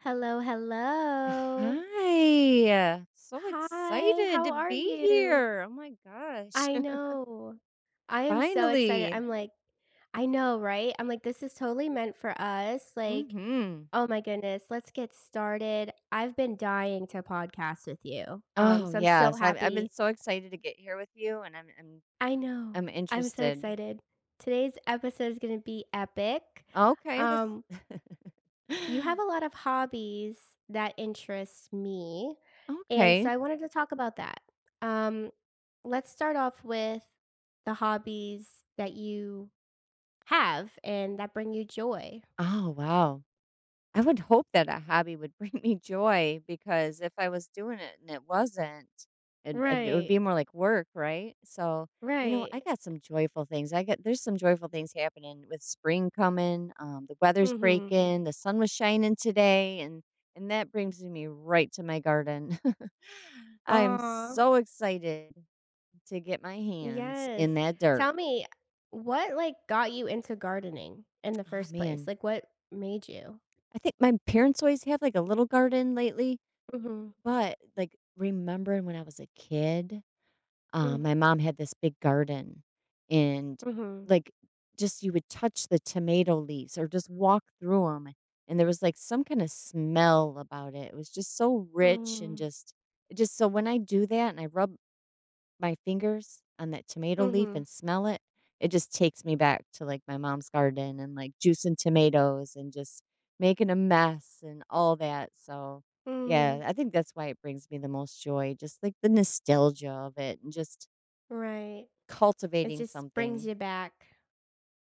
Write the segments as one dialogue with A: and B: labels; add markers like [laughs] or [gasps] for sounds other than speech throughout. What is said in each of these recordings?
A: Hello, hello.
B: Hi. So
A: Hi,
B: excited
A: how
B: to
A: are
B: be
A: you?
B: here. Oh my gosh.
A: I know. I
B: [laughs]
A: am so excited.
B: Finally.
A: I'm like, I know, right? I'm like, this is totally meant for us. Like,
B: Mhm.
A: oh my goodness, let's get started. I've been dying to podcast with you. Um,
B: Oh,
A: so I'm so
B: yes. I've been
A: happy.
B: so excited to get here with you, and I'm I'm
A: I know.
B: I'm
A: I'm so
B: interested.
A: excited. Today's episode is going to be epic.
B: Okay, that's
A: Um, you have
B: [laughs]
A: a lot of hobbies that interest me. And so
B: Okay.
A: I wanted to talk about that. Um, let's start off with the hobbies that you have and that bring you joy.
B: Oh, wow. I would hope that a hobby would bring me joy, because if I was doing it and it wasn't, it would
A: Right.
B: be more like work, right? So,
A: Right.
B: I got some joyful things. I got There's some joyful things happening with spring coming. The weather's
A: Mhm.
B: breaking. The sun was shining today, and that brings me right to my garden. [laughs] I am
A: Aw.
B: so excited to get my hands in
A: Yes.
B: that dirt.
A: Tell me what got you into gardening in the
B: Oh
A: first place?
B: man,
A: Like what made you?
B: I think my parents always have like a little garden lately.
A: Mhm.
B: But, like, remembering when I was a kid, my
A: Mhm.
B: mom had this big garden, and,
A: Mhm.
B: like, just you would touch the tomato leaves or just walk through them, and there was, like, some kinda smell about it. It was just so rich, and
A: Mhm.
B: just it just so when I do that and I rub my fingers on that tomato leaf
A: Mhm.
B: and smell it, it just takes me back to, like, my mom's garden and, like, juicing tomatoes and just making a mess and all that. So, yeah,
A: Mhm.
B: I think that's why it brings me the most joy, just, like, the nostalgia of it and just
A: Right. It
B: cultivating
A: just brings
B: something.
A: you back.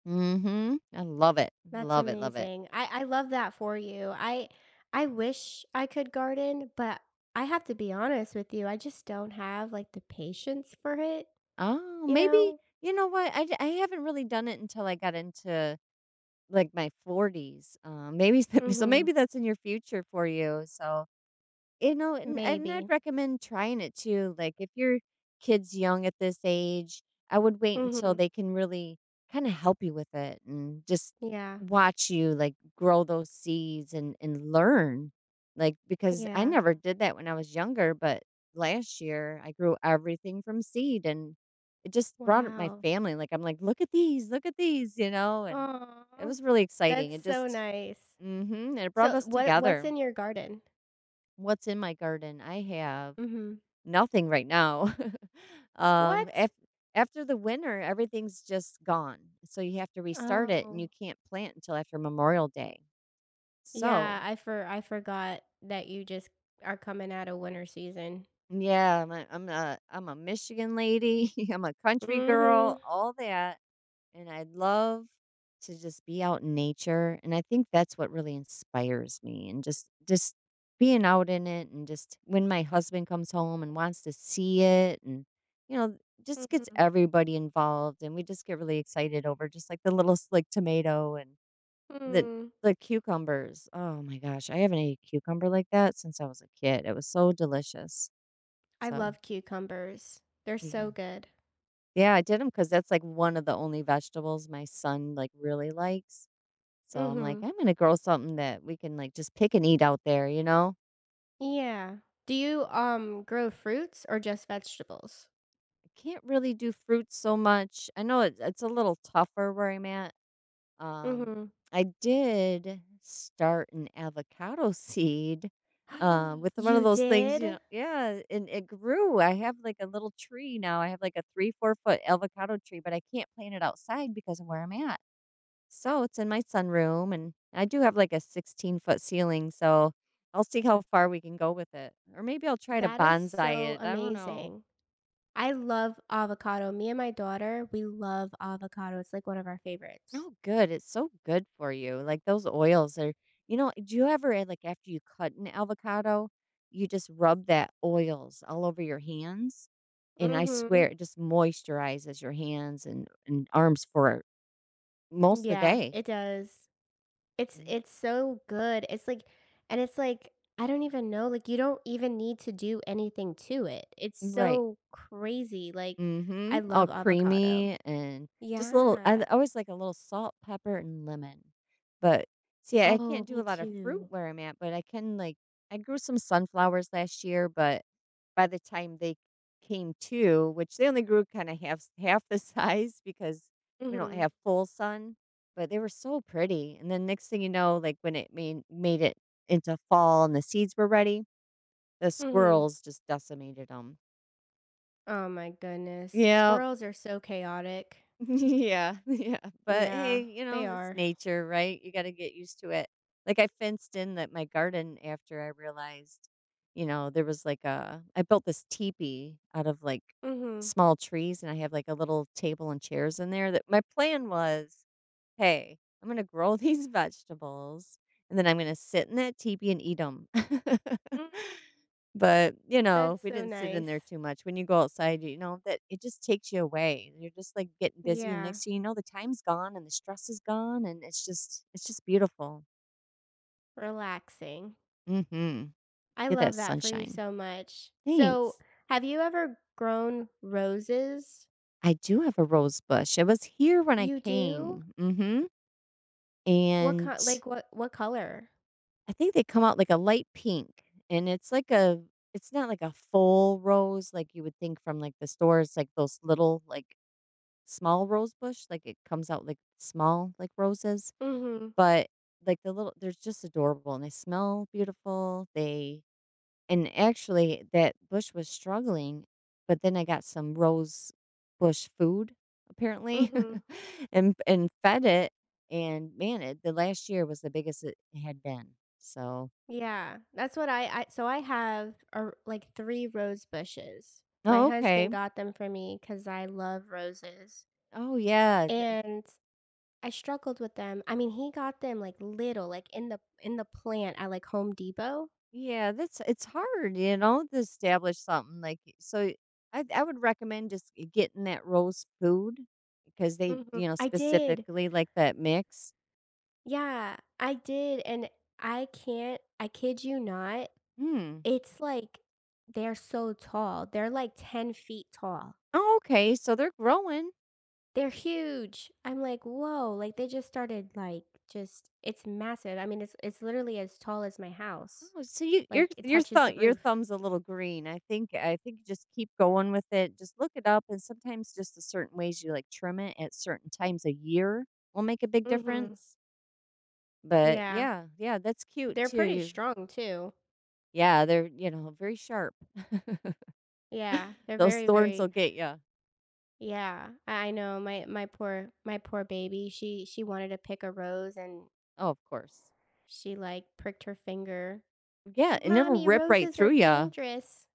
B: Mhm. I love it.
A: That's
B: Love it, love it.
A: amazing. I love that for you. I wish I could garden, but I have to be honest with you, I just don't have, like, the patience for it,
B: Oh,
A: you
B: maybe
A: know?
B: you know what? I haven't really done it until I got into, like, my 40s, maybe. [laughs] So
A: Mhm.
B: maybe that's in your future for you. So, you know, and I'd
A: Maybe.
B: recommend trying it too, like, if your kid's young at this age, I would wait until
A: Mhm.
B: they can really kinda help you with it and just
A: Yeah.
B: watch you, like, grow those seeds, and learn, like, because I
A: Yeah.
B: never did that when I was younger, but last year, I grew everything from seed, and it just brought up my
A: Wow.
B: family. Like, I'm like, look at these," you know, and it
A: Aw.
B: was really exciting.
A: That's
B: It
A: so
B: just
A: nice.
B: mm Mhm, it brought
A: So,
B: us
A: what's
B: together.
A: in your garden?
B: What's in my garden? I have
A: Mhm.
B: nothing right now. [laughs] um,
A: What?
B: af- After the winter, everything's just gone. So you have to restart it, and
A: Oh.
B: you can't plant until after Memorial Day.
A: Yeah,
B: So,
A: I forgot that you just are coming out of winter season.
B: yeah, I'm a Michigan lady. [laughs] I'm a country girl,
A: Mhm.
B: all that. And I'd love to just be out in nature, and I think that's what really inspires me, and just being out in it, and just when my husband comes home and wants to see it, and you know, just gets
A: Mhm.
B: everybody involved, and we just get really excited over just like the little like tomato and the
A: Mm.
B: the cucumbers. Oh my gosh, I haven't ate a cucumber like that since I was a kid. It was so delicious.
A: I
B: So,
A: love cucumbers. They're so
B: yeah.
A: good.
B: Yeah, I did them cuz that's like one of the only vegetables my son like really likes. So I'm like,
A: Mhm.
B: I'm gonna grow something that we can like just pick and eat out there, you know?
A: Yeah. Do you, grow fruits or just vegetables?
B: I can't really do fruits so much. I know it's a little tougher where I'm at. Um,
A: Mhm.
B: I did start an avocado [laughs] seed, with
A: [gasps]
B: one of
A: You
B: those things.
A: did?
B: Yeah, and it grew. I have like a little tree now. I have like a three, 4-foot avocado tree, but I can't plant it outside because of where I'm at. So it's in my sunroom, and I do have like a 16-foot ceiling. So I'll see how far we can go with it. Or maybe I'll try to
A: That is
B: bonsai
A: so
B: it. I don't know.
A: amazing. I love avocado. Me and my daughter, we love avocado. It's like one of our favorites.
B: No good. It's so good for you. Like those oils are, do you ever, like, after you cut an avocado, you just rub that oils all over your hands? And I
A: Mhm.
B: swear it just moisturizes your hands and arms for most of the
A: Yeah,
B: day.
A: it does. It's
B: Yeah.
A: it's so good. It's like and it's like, I don't even know, like, you don't even need to do anything to it. It's
B: Right.
A: so crazy, like, I
B: Mhm,
A: love
B: all
A: avocado.
B: creamy, and just a little I
A: Yeah.
B: always like a little salt, pepper, and lemon, but see, I
A: Oh,
B: can't do
A: me
B: a lot of fruit
A: too.
B: where I'm at, but I can, like, I grew some sunflowers last year, but by the time they came to, which they only grew kinda half the [laughs] size because we don't
A: Mhm.
B: have full sun, but they were so pretty, and then next thing you know, like, when it made it into fall and the seeds were ready, the
A: Mhm.
B: squirrels just decimated them.
A: Oh my goodness.
B: Yeah.
A: Squirrels are so chaotic.
B: [laughs] Yeah, yeah, but
A: Yeah,
B: hey, you
A: they
B: know, it's
A: are.
B: nature, right? You gotta get used to it. Like, I fenced in that my garden after I realized, you know, there was like a I built this teepee out of like
A: Mhm.
B: small trees, and I have like a little table and chairs in there, that my plan was, "Hey, I'm gonna grow [laughs] these vegetables, and then I'm gonna sit in that teepee and eat them." [laughs]
A: Mm,
B: But, you know,
A: that's
B: we
A: so
B: didn't sit in there
A: nice.
B: too much. When you go outside, that it just takes you away. You're just, like, getting busy, and
A: Yeah,
B: next thing you know, the time's gone and the stress is gone, and it's just beautiful.
A: relaxing.
B: Mhm.
A: I
B: Get
A: love
B: that
A: that for you
B: sunshine.
A: so much. So,
B: Thanks.
A: have you ever grown roses?
B: I do have a rose bush. It was here when I
A: You do?
B: came. Mhm.
A: What
B: And
A: kind? Like, what color?
B: I think they come out like a light pink, and it's not like a full rose like you would think from, like, the stores, like, those little, like, small rose bush, like, it comes out, like, small, like, roses,
A: Mhm,
B: but, like, the little, they're just adorable, and they smell beautiful, they, and actually, that bush was struggling, but then I got some rose bush food, apparently,
A: mhm,
B: [laughs] and fed it, and man, it the last year was the biggest it had been. So,
A: yeah, that's what I so I have a like 3 rose bushes. My
B: oh, okay.
A: husband got them for me 'cause I love roses,
B: Oh, yeah.
A: and I struggled with them. I mean, he got them, like, little, like, in the plant at, like, Home Depot.
B: Yeah, that's it's hard, you know, to establish something like, so. I would recommend just getting that roast food because they,
A: Mhm,
B: you know,
A: I did.
B: specifically like that mix.
A: Yeah, I did, and I kid you not,
B: Hmm.
A: it's like, they're so tall. They're, like, 10 feet tall.
B: Oh, okay. So they're growing.
A: They're huge. I'm like, "Whoa," like, they just started, like, just it's massive. I mean, it's literally as tall as my house.
B: Oh, so you your
A: Like, it
B: your
A: touches
B: thumb
A: the
B: your
A: roof.
B: thumb's a little green. I think just keep going with it. Just look it up, and sometimes just the certain ways you like trim it at certain times a year will make a big
A: Mhm.
B: difference. But
A: Yeah.
B: yeah, yeah, that's cute
A: They're
B: too.
A: pretty
B: You
A: strong too.
B: Yeah, they're, very sharp. [laughs]
A: Yeah. They're
B: Those
A: very,
B: thorns
A: very
B: will get you.
A: yeah. I know my poor baby, she wanted to pick a rose and
B: Oh, of course.
A: she, like, pricked her finger.
B: Yeah, and it'll
A: "Mommy,
B: rip right
A: roses
B: through
A: are
B: you.
A: dangerous."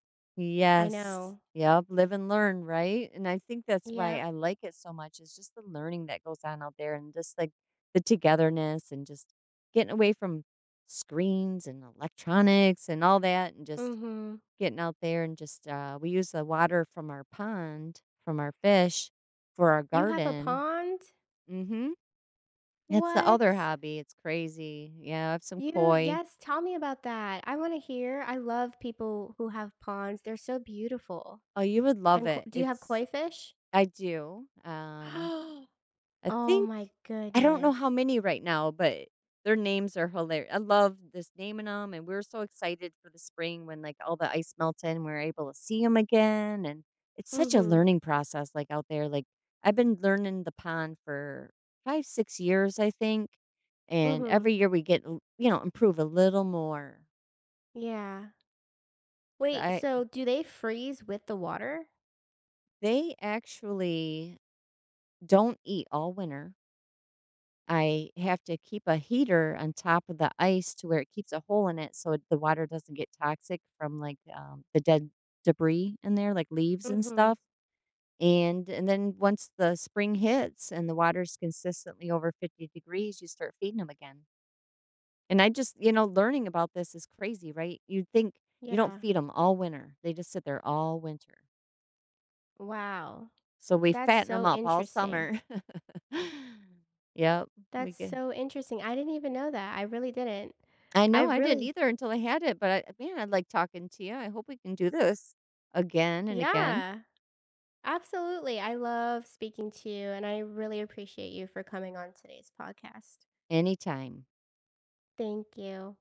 A: I
B: Yes.
A: know.
B: Yep, live and learn, right? And I think that's why
A: Yep.
B: I like it so much is just the learning that goes on out there and just like the togetherness and just getting away from screens and electronics and all that and just
A: Mhm.
B: getting out there and just we use the water from our pond, from our fish for our
A: "You have a
B: garden.
A: pond?
B: Mhm. That's the
A: What?"
B: other hobby. It's crazy. Yeah, I have some
A: You
B: koi.
A: yes, tell me about that. I wanna hear. I love people who have ponds, they're so beautiful.
B: Oh, you would love
A: And koi
B: it.
A: do you have
B: It's
A: koi fish?
B: I do.
A: [gasps]
B: I
A: Oh
B: think
A: my
B: I don't know
A: goodness.
B: how many right now, but their names are hilarious. I love this naming them, and we were so excited for the spring when like all the ice melted and we are able to see them again. And it's such a
A: Mhm,
B: learning process, like, out there. Like, I've been learning the pond for five, 6 years, I think, and
A: mhm,
B: every year we get improve a little more.
A: yeah.
B: But
A: Wait,
B: I
A: so do they freeze with the water?
B: they actually don't eat all winter. I have to keep a heater on top of the ice to where it keeps a hole in it so the water doesn't get toxic from, like, the dead debris in there, like leaves and
A: Mhm,
B: stuff, and then once the spring hits and the water's consistently over 50 degrees, you start feeding them again, and I just, you know, learning about this is crazy, right? You'd think you don't
A: yeah.
B: feed them all winter, they just sit there all winter,
A: Wow,
B: so we
A: that's
B: fatten them
A: so
B: up all
A: interesting.
B: summer. [laughs] Yep, we
A: That's
B: get.
A: so interesting. I didn't even know that, I really didn't.
B: I
A: I
B: know, I didn't
A: really
B: either until I had it, but I man, I like talking to you. I hope we can do this again and again
A: yeah. Absolutely. I love speaking to you, and I really appreciate you for coming on today's podcast.
B: anytime.
A: Thank you.